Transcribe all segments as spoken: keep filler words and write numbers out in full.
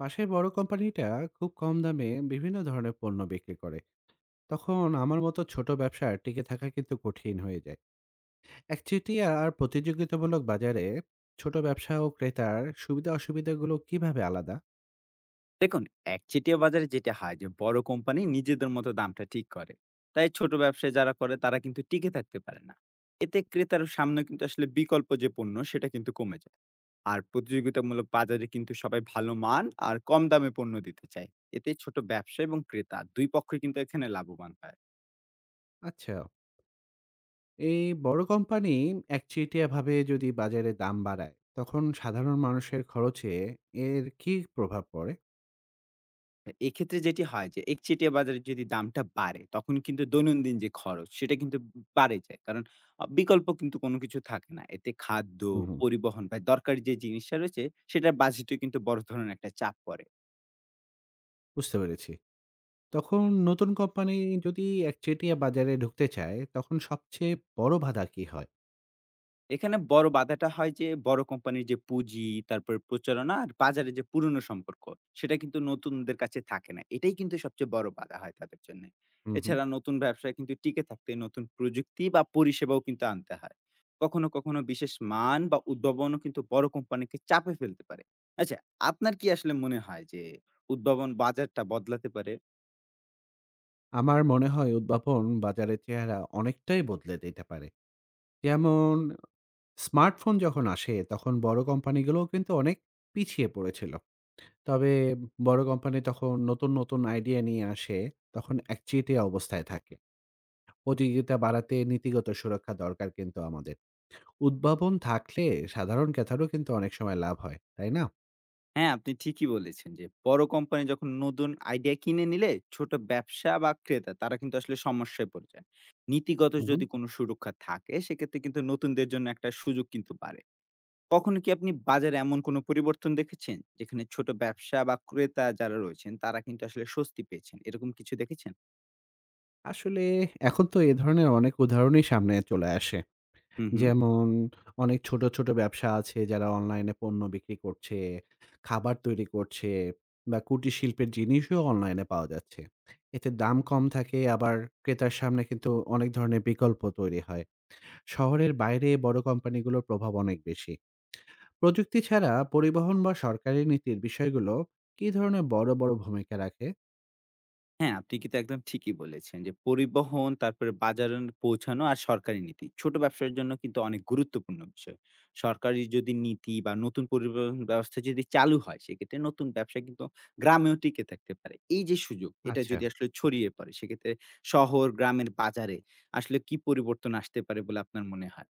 পাশের বড় কোম্পানিটা খুব কম দামে বিভিন্ন ধরনের পণ্য বিক্রি করে তখন আমার মতো ছোট ব্যবসা টিকে থাকা কিন্তু কঠিন হয়ে যায়। একচেটিয়া আর প্রতিযোগিতামূলক বাজারে ছোট ব্যবসা ও ক্রেতার সুবিধা অসুবিধাগুলো কিভাবে আলাদা? দেখুন একচেটিয়া বাজারে যেটা হয় যে বড় কোম্পানি নিজেদের মতো দামটা ঠিক করে তাই ছোট ব্যবসায় যারা করে তারা কিন্তু টিকে থাকতে পারে না এতে ক্রেতার সামনে কিন্তু আসলে বিকল্প যে পণ্য সেটা কিন্তু কমে যায় আর প্রতিযোগিতামূলক বাজারে কিন্তু সবাই ভালো মান আর কম দামে পণ্য দিতে চায় এতে ছোট ব্যবসা এবং ক্রেতা দুই পক্ষই কিন্তু এখানে লাভবান হয় আচ্ছা, এই বড় কোম্পানি একচেটিয়া ভাবে যদি বাজারে দাম বাড়ায় তখন সাধারণ মানুষের খরচে এর কি প্রভাব পড়ে? হ্যাঁ, এক্ষেত্রে যেটি হয় যে একচেটিয়া বাজারে যদি দামটা বাড়ে, তখন কিন্তু দৈনন্দিন যে খরচ সেটা কিন্তু বাড়ে যায়। কারণ আ বিকল্প কিন্তু কোনো কিছু থাকে না। এতে খাদ্য, হুম, হুম। পরিবহন বা দরকারি যে জিনিসটা রয়েছে সেটার বাজেটেও কিন্তু বড় ধরনের একটা চাপ পড়ে। বুঝতে পেরেছি। তখন নতুন কোম্পানি যদি একচেটিয়া বাজারে ঢুকতে চায় তখন সবচেয়ে বড় বাধা কি হয়? এখানে বড় বাধাটা হয় যে বড় কোম্পানির যে পুঁজি, তারপর প্রচারণা আর বাজারে যে পুরনো সম্পর্ক, সেটা কিন্তু নতুনদের কাছে থাকে না। এটাই কিন্তু সবচেয়ে বড় বাধা হয় তাদের জন্য। হুম, হুম। এছাড়া নতুন ব্যবসায় কিন্তু টিকে থাকতে নতুন প্রযুক্তি বা পরিষেবাও কিন্তু আনতে হয়। কখনো, কখনো বিশেষ মান বা উদ্ভাবনও কিন্তু বড় কোম্পানিকে চাপে ফেলতে পারে। আচ্ছা, আপনার কি আসলে মনে হয় যে উদ্ভাবন বাজারটা বদলাতে পারে? আমার মনে হয় উদ্ভাবন বাজারের চেহারা অনেকটাই বদলে দিতে পারে। যেমন স্মার্টফোন যখন আসে তখন বড় কোম্পানিগুলোও কিন্তু অনেক পিছিয়ে পড়েছিল। তবে বড় কোম্পানি তখন নতুন, নতুন আইডিয়া নিয়ে আসে, তখন একচেটিয়া অবস্থায় থাকে। প্রতিযোগিতা বাড়াতে নীতিগত সুরক্ষা দরকার কিন্তু আমাদের। উদ্ভাবন থাকলে সাধারণ ক্রেতারও কিন্তু অনেক সময় লাভ হয়, তাই না? হ্যাঁ, আপনি ঠিকই বলেছেন যে বড় কোম্পানি যখন নতুন আইডিয়া কিনে নিলে ছোট ব্যবসা বা ক্রেতা তারা কিন্তু আসলে সমস্যায় পড়ে যায়। নীতিগত হুম, হুম। যদি কোনো সুরক্ষা থাকে সেক্ষেত্রে কিন্তু নতুনদের জন্য একটা সুযোগ কিন্তু বাড়ে। কখনো কি আপনি বাজারে এমন কোনো পরিবর্তন দেখেছেন? যেখানে ছোট ব্যবসা বা ক্রেতা যারা রয়েছেন তারা কিন্তু আসলে স্বস্তি পেয়েছেন। এরকম কিছু দেখেছেন? আসলে এখন তো এ ধরনের অনেক উদাহরণই সামনে চলে আসে। হু, হু। যেমন অনেক ছোট, ছোট ব্যবসা আছে যারা অনলাইনে পণ্য বিক্রি করছে, খাবার তৈরি করছে বা কুটির শিল্পের জিনিসও অনলাইনে পাওয়া যাচ্ছে। এতে দাম কম থাকে আবার ক্রেতার সামনে কিন্তু অনেক ধরনের বিকল্প তৈরি হয়। শহরের বাইরে বড় কোম্পানিগুলোর প্রভাব অনেক বেশি। প্রযুক্তি ছাড়া পরিবহন বা সরকারি নীতির বিষয়গুলো কী ধরনের বড়, বড় ভূমিকা রাখে? হ্যাঁ, আপনি কিন্তু একদম ঠিকই বলেছেন যে পরিবহন, তারপরে বাজারে পৌঁছানো আর সরকারি নীতি। ছোট ব্যবসার জন্য কিন্তু অনেক গুরুত্বপূর্ণ বিষয়। সরকারি যদি নীতি বা নতুন পরিবহন ব্যবস্থা যদি চালু হয়, সেক্ষেত্রে নতুন ব্যবসা কিন্তু গ্রামেও টিকে থাকতে পারে। এই যে সুযোগ, এটা আচ্ছা। যদি আসলে ছড়িয়ে পড়ে, সেক্ষেত্রে শহর, গ্রামের বাজারে আসলে কি পরিবর্তন আসতে পারে বলে আপনার মনে হয়?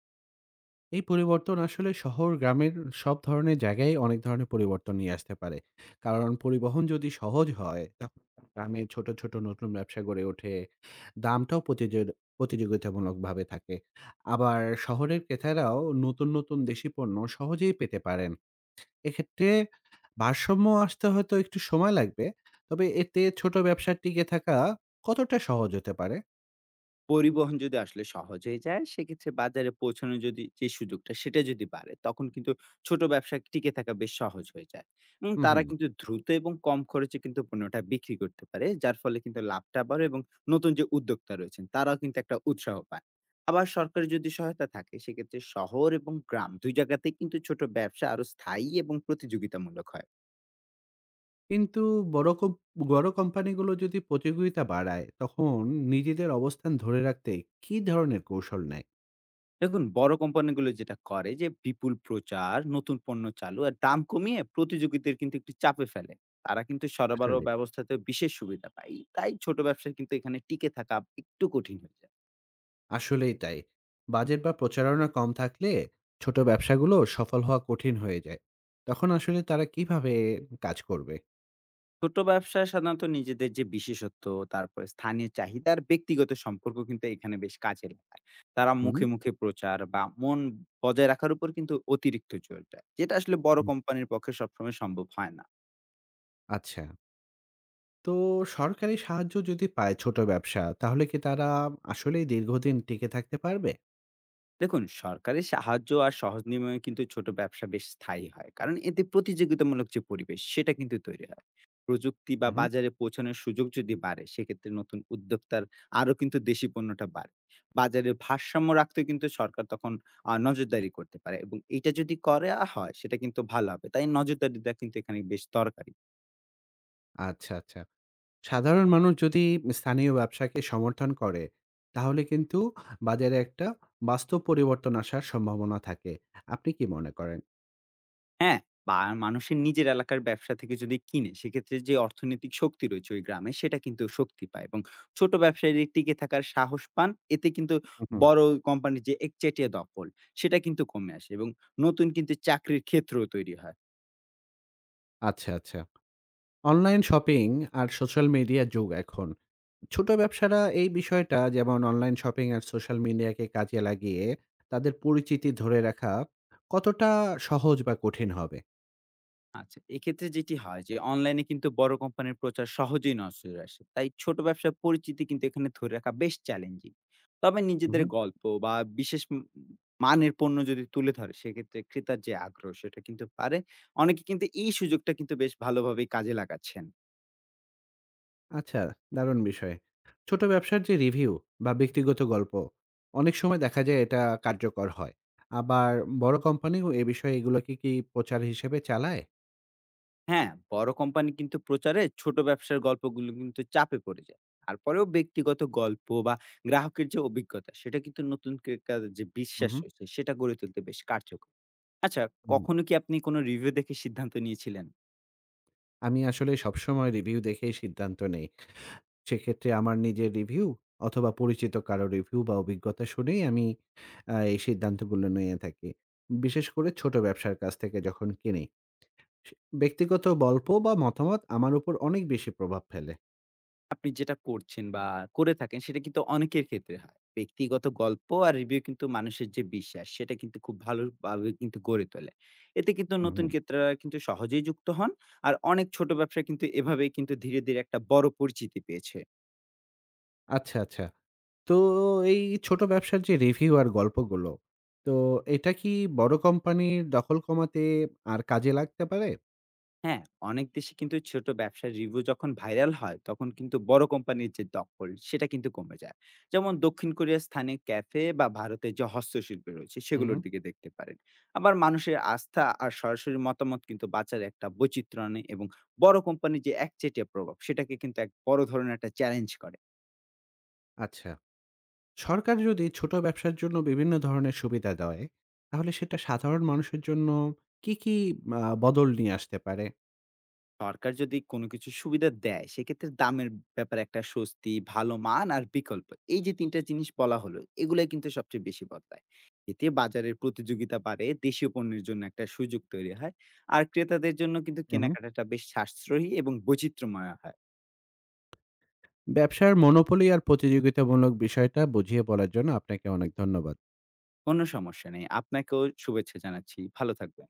এই পরিবর্তন আসলে শহর গ্রামের সব ধরনের জায়গায় অনেক ধরনের পরিবর্তন নিয়ে আসতে পারে। কারণ পরিবহন যদি সহজ হয় তখন গ্রামে ছোট, ছোট নতুন ব্যবসা গড়ে ওঠে। দামটাও প্রতিযোগ প্রতিযোগিতামূলকভাবে থাকে। আবার শহরের ক্রেতারাও নতুন, নতুন দেশি পণ্য সহজেই পেতে পারেন। এক্ষেত্রে ভারসাম্য আসতে হয়তো একটু সময় লাগবে। তবে এতে ছোট ব্যবসা টিকে থাকা কতটা সহজ হতে পারে? পরিবহন যদি আসলে সহজ হয়ে যায়, সেক্ষেত্রে বাজারে পৌঁছানোর যদি যে সুযোগটা, সেটা যদি বাড়ে, তখন কিন্তু ছোট ব্যবসায় টিকে থাকা বেশ সহজ হয়ে যায় এবং হু, হু। তারা কিন্তু দ্রুত এবং কম খরচে কিন্তু পণ্যটা বিক্রি করতে পারে। যার ফলে কিন্তু লাভটা বাড়ে এবং নতুন যে উদ্যোক্তা রয়েছেন, তারাও কিন্তু একটা উৎসাহ পায়। আবার সরকারের যদি সহায়তা থাকে, সেক্ষেত্রে শহর এবং গ্রাম দুই জায়গাতেই কিন্তু ছোট ব্যবসা আরো স্থায়ী এবং প্রতিযোগিতামূলক হয়। কিন্তু বড় কোম বড় কোম্পানিগুলো যদি প্রতিযোগিতা বাড়ায়, তখন নিজেদের অবস্থান ধরে রাখতে কী ধরনের কৌশল নেয়? দেখুন বড় কোম্পানিগুলো যেটা করে যে বিপুল প্রচার, নতুন পণ্য চালু আর দাম কমিয়ে প্রতিযোগীদের কিন্তু একটু চাপে ফেলে। তারা কিন্তু সরবরাহ আসলে ব্যবস্থাতে বিশেষ সুবিধা পায়। তাই ছোট ব্যবসায় কিন্তু এখানে টিকে থাকা একটু কঠিন হয়ে যায়। আসলেই তাই। বাজেট বা প্রচারণা কম থাকলে ছোট ব্যবসাগুলো সফল হওয়া কঠিন হয়ে যায়। তখন আসলে তারা কিভাবে কাজ করবে? ছোট ব্যবসায় সাধারণত নিজেদের যে বিশেষত্ব, তারপরে স্থানীয় চাহিদা আর ব্যক্তিগত সম্পর্ক কিন্তু এখানে বেশ কাজে লাগায়। তারা হুম? মুখে, মুখে প্রচার বা মন বজায় রাখার উপর কিন্তু অতিরিক্ত জোর দেয়। যেটা আসলে বড় হুম। কোম্পানির পক্ষে সবসময় সম্ভব হয় না। আচ্ছা। তো সরকারি সাহায্য যদি পায় ছোট ব্যবসা, তাহলে কি তারা আসলেই দীর্ঘদিন টিকে থাকতে পারবে? দেখুন সরকারি সাহায্য আর সহজ নিয়মে কিন্তু ছোট ব্যবসা বেশ স্থায়ী হয় কারণ এতে প্রতিযোগিতামূলক যে পরিবেশ সেটা কিন্তু তৈরি হয় প্রযুক্তি বা হুম, হুম। বাজারে পৌঁছানোর সুযোগ যদি বাড়ে সেক্ষেত্রে নতুন উদ্যোক্তার আরো কিন্তু দেশি পণ্যটা বাড়ে বাজারে ভারসাম্য রাখতে কিন্তু সরকার তখন আহ, নজরদারি করতে পারে এবং এটা যদি করা হয় সেটা কিন্তু ভালো হবে তাই নজরদারিটা কিন্তু এখানে বেশ দরকারি আচ্ছা, আচ্ছা। সাধারণ মানুষ যদি স্থানীয় ব্যবসাকে সমর্থন করে, তাহলে কিন্তু বাজারে একটা বাস্তব পরিবর্তন আসার সম্ভাবনা থাকে। আপনি কি মনে করেন? হ্যাঁ, বা মানুষের নিজের এলাকার ব্যবসা থেকে যদি কিনে, সেক্ষেত্রে যে অর্থনৈতিক শক্তি রয়েছে ওই গ্রামে, সেটা কিন্তু শক্তি পায় এবং ছোট ব্যবসায়ীরা টিকে থাকার সাহস পান। এতে কিন্তু হু, হু। বড় কোম্পানির যে একচেটিয়া দখল, সেটা কিন্তু কমে আসে এবং নতুন কিন্তু চাকরির ক্ষেত্রও তৈরি হয়। আচ্ছা, আচ্ছা। অনলাইন শপিং আর সোশ্যাল মিডিয়ার যুগ এখন। ছোট ব্যবসারা এই বিষয়টা যেমন অনলাইন শপিং আর সোশ্যাল মিডিয়াকে কাজে লাগিয়ে তাদের পরিচিতি ধরে রাখা কতটা সহজ বা কঠিন হবে? আচ্ছা, এক্ষেত্রে যেটি হয় যে অনলাইনে কিন্তু বড় কোম্পানির প্রচার সহজেই নজরে আসে। তাই ছোট ব্যবসার পরিচিতি কিন্তু এখানে ধরে রাখা বেশ চ্যালেঞ্জিং। তবে হু, নিজেদের হু। গল্প বা বিশেষ উম মানের পণ্য যদি তুলে ধরে সেক্ষেত্রে ক্রেতার যে আগ্রহ সেটা কিন্তু বাড়ে। অনেকে কিন্তু এই সুযোগটা কিন্তু বেশ ভালোভাবেই কাজে লাগাচ্ছেন। আচ্ছা, দারুণ বিষয়। ছোট ব্যবসার যে রিভিউ বা ব্যক্তিগত গল্প, অনেক সময় দেখা যায় এটা কার্যকর হয়। আবার বড় কোম্পানিও এ বিষয়ে এগুলোকে কি প্রচার হিসেবে চালায়? হ্যাঁ, বড় কোম্পানি কিন্তু প্রচারে ছোট ব্যবসার গল্পগুলো কিন্তু চাপে পড়ে যায়। তারপরেও ব্যক্তিগত গল্প বা গ্রাহকের যে অভিজ্ঞতা সেটা কিন্তু নতুন ক্রেতাদের যে হুম, বিশ্বাস হুম। রয়েছে সেটা গড়ে তুলতে বেশ কার্যকর। আচ্ছা, হুম, কখনো কি আপনি কোনো রিভিউ দেখে সিদ্ধান্ত নিয়েছিলেন? আমি আসলে সবসময় রিভিউ দেখেই সিদ্ধান্ত নেই। সেক্ষেত্রে আমার নিজের রিভিউ অথবা পরিচিত কারো রিভিউ বা অভিজ্ঞতা শুনেই আমি আ এই সিদ্ধান্তগুলো নিয়ে থাকি। বিশেষ করে ছোট ব্যবসার কাছ থেকে যখন কিনি। সে ব্যক্তিগত গল্প বা মতামত আমার উপর অনেক বেশি প্রভাব ফেলে। আপনি যেটা করছেন বা করে থাকেন সেটা কিন্তু অনেকের ক্ষেত্রে হয়। ব্যক্তিগত গল্প আর রিভিউ কিন্তু মানুষের যে বিশ্বাস সেটা কিন্তু খুব ভালোভাবে কিন্তু গড়ে তোলে। এতে কিন্তু হুম, নতুন হুম। ক্রেতারা কিন্তু সহজেই যুক্ত হন। আর অনেক ছোট ব্যবসা কিন্তু এভাবেই কিন্তু ধীরে, ধীরে একটা বড় পরিচিতি পেয়েছে। আচ্ছা, আচ্ছা। তো এই ছোট ব্যবসার যে রিভিউ আর গল্পগুলো, তো এটা কি বড় কোম্পানির দখল কমাতে আর কাজে লাগতে পারে? হ্যাঁ, অনেক দেশে কিন্তু ছোট ব্যবসার রিভিউ যখন ভাইরাল হয়, তখন কিন্তু বড় কোম্পানির যে দখল, সেটা কিন্তু কমে যায়। যেমন দক্ষিণ কোরিয়ার স্থানীয় ক্যাফে বা ভারতের যে হস্তশিল্প রয়েছে, হুম, সেগুলোর হুম। দিকে দেখতে পারেন। আবার মানুষের আস্থা আর সরাসরি মতামত কিন্তু বাজারে একটা বৈচিত্র্য আনে এবং বড় কোম্পানির যে একচেটিয়া প্রভাব, সেটাকে কিন্তু এক বড় ধরনের একটা চ্যালেঞ্জ করে। আচ্ছা। সরকার যদি ছোট ব্যবসার জন্য বিভিন্ন ধরনের সুবিধা দেয়, তাহলে সেটা সাধারণ মানুষের জন্য কি, কি আ বদল নিয়ে আসতে পারে? সরকার যদি কোনো কিছু সুবিধা দেয়, সেক্ষেত্রে দামের ব্যাপারে একটা স্বস্তি, ভালো মান আর বিকল্প। এই যে তিন টা জিনিস বলা হলো, এগুলাই কিন্তু সবচেয়ে বেশি বদলায়। এতে বাজারের প্রতিযোগিতা বাড়ে, দেশীয় পণ্যের জন্য একটা সুযোগ তৈরি হয়। আর ক্রেতাদের জন্য কিন্তু হুম, হুম। কেনাকাটাটা বেশ সাশ্রয়ী এবং বৈচিত্র্যময় হয়। ব্যবসার মনোপলি আর প্রতিযোগিতামূলক বিষয়টা বুঝিয়ে বলার জন্য আপনাকে অনেক ধন্যবাদ। কোনো সমস্যা নেই। আপনাকেও শুভেচ্ছা জানাচ্ছি। ভালো থাকবেন।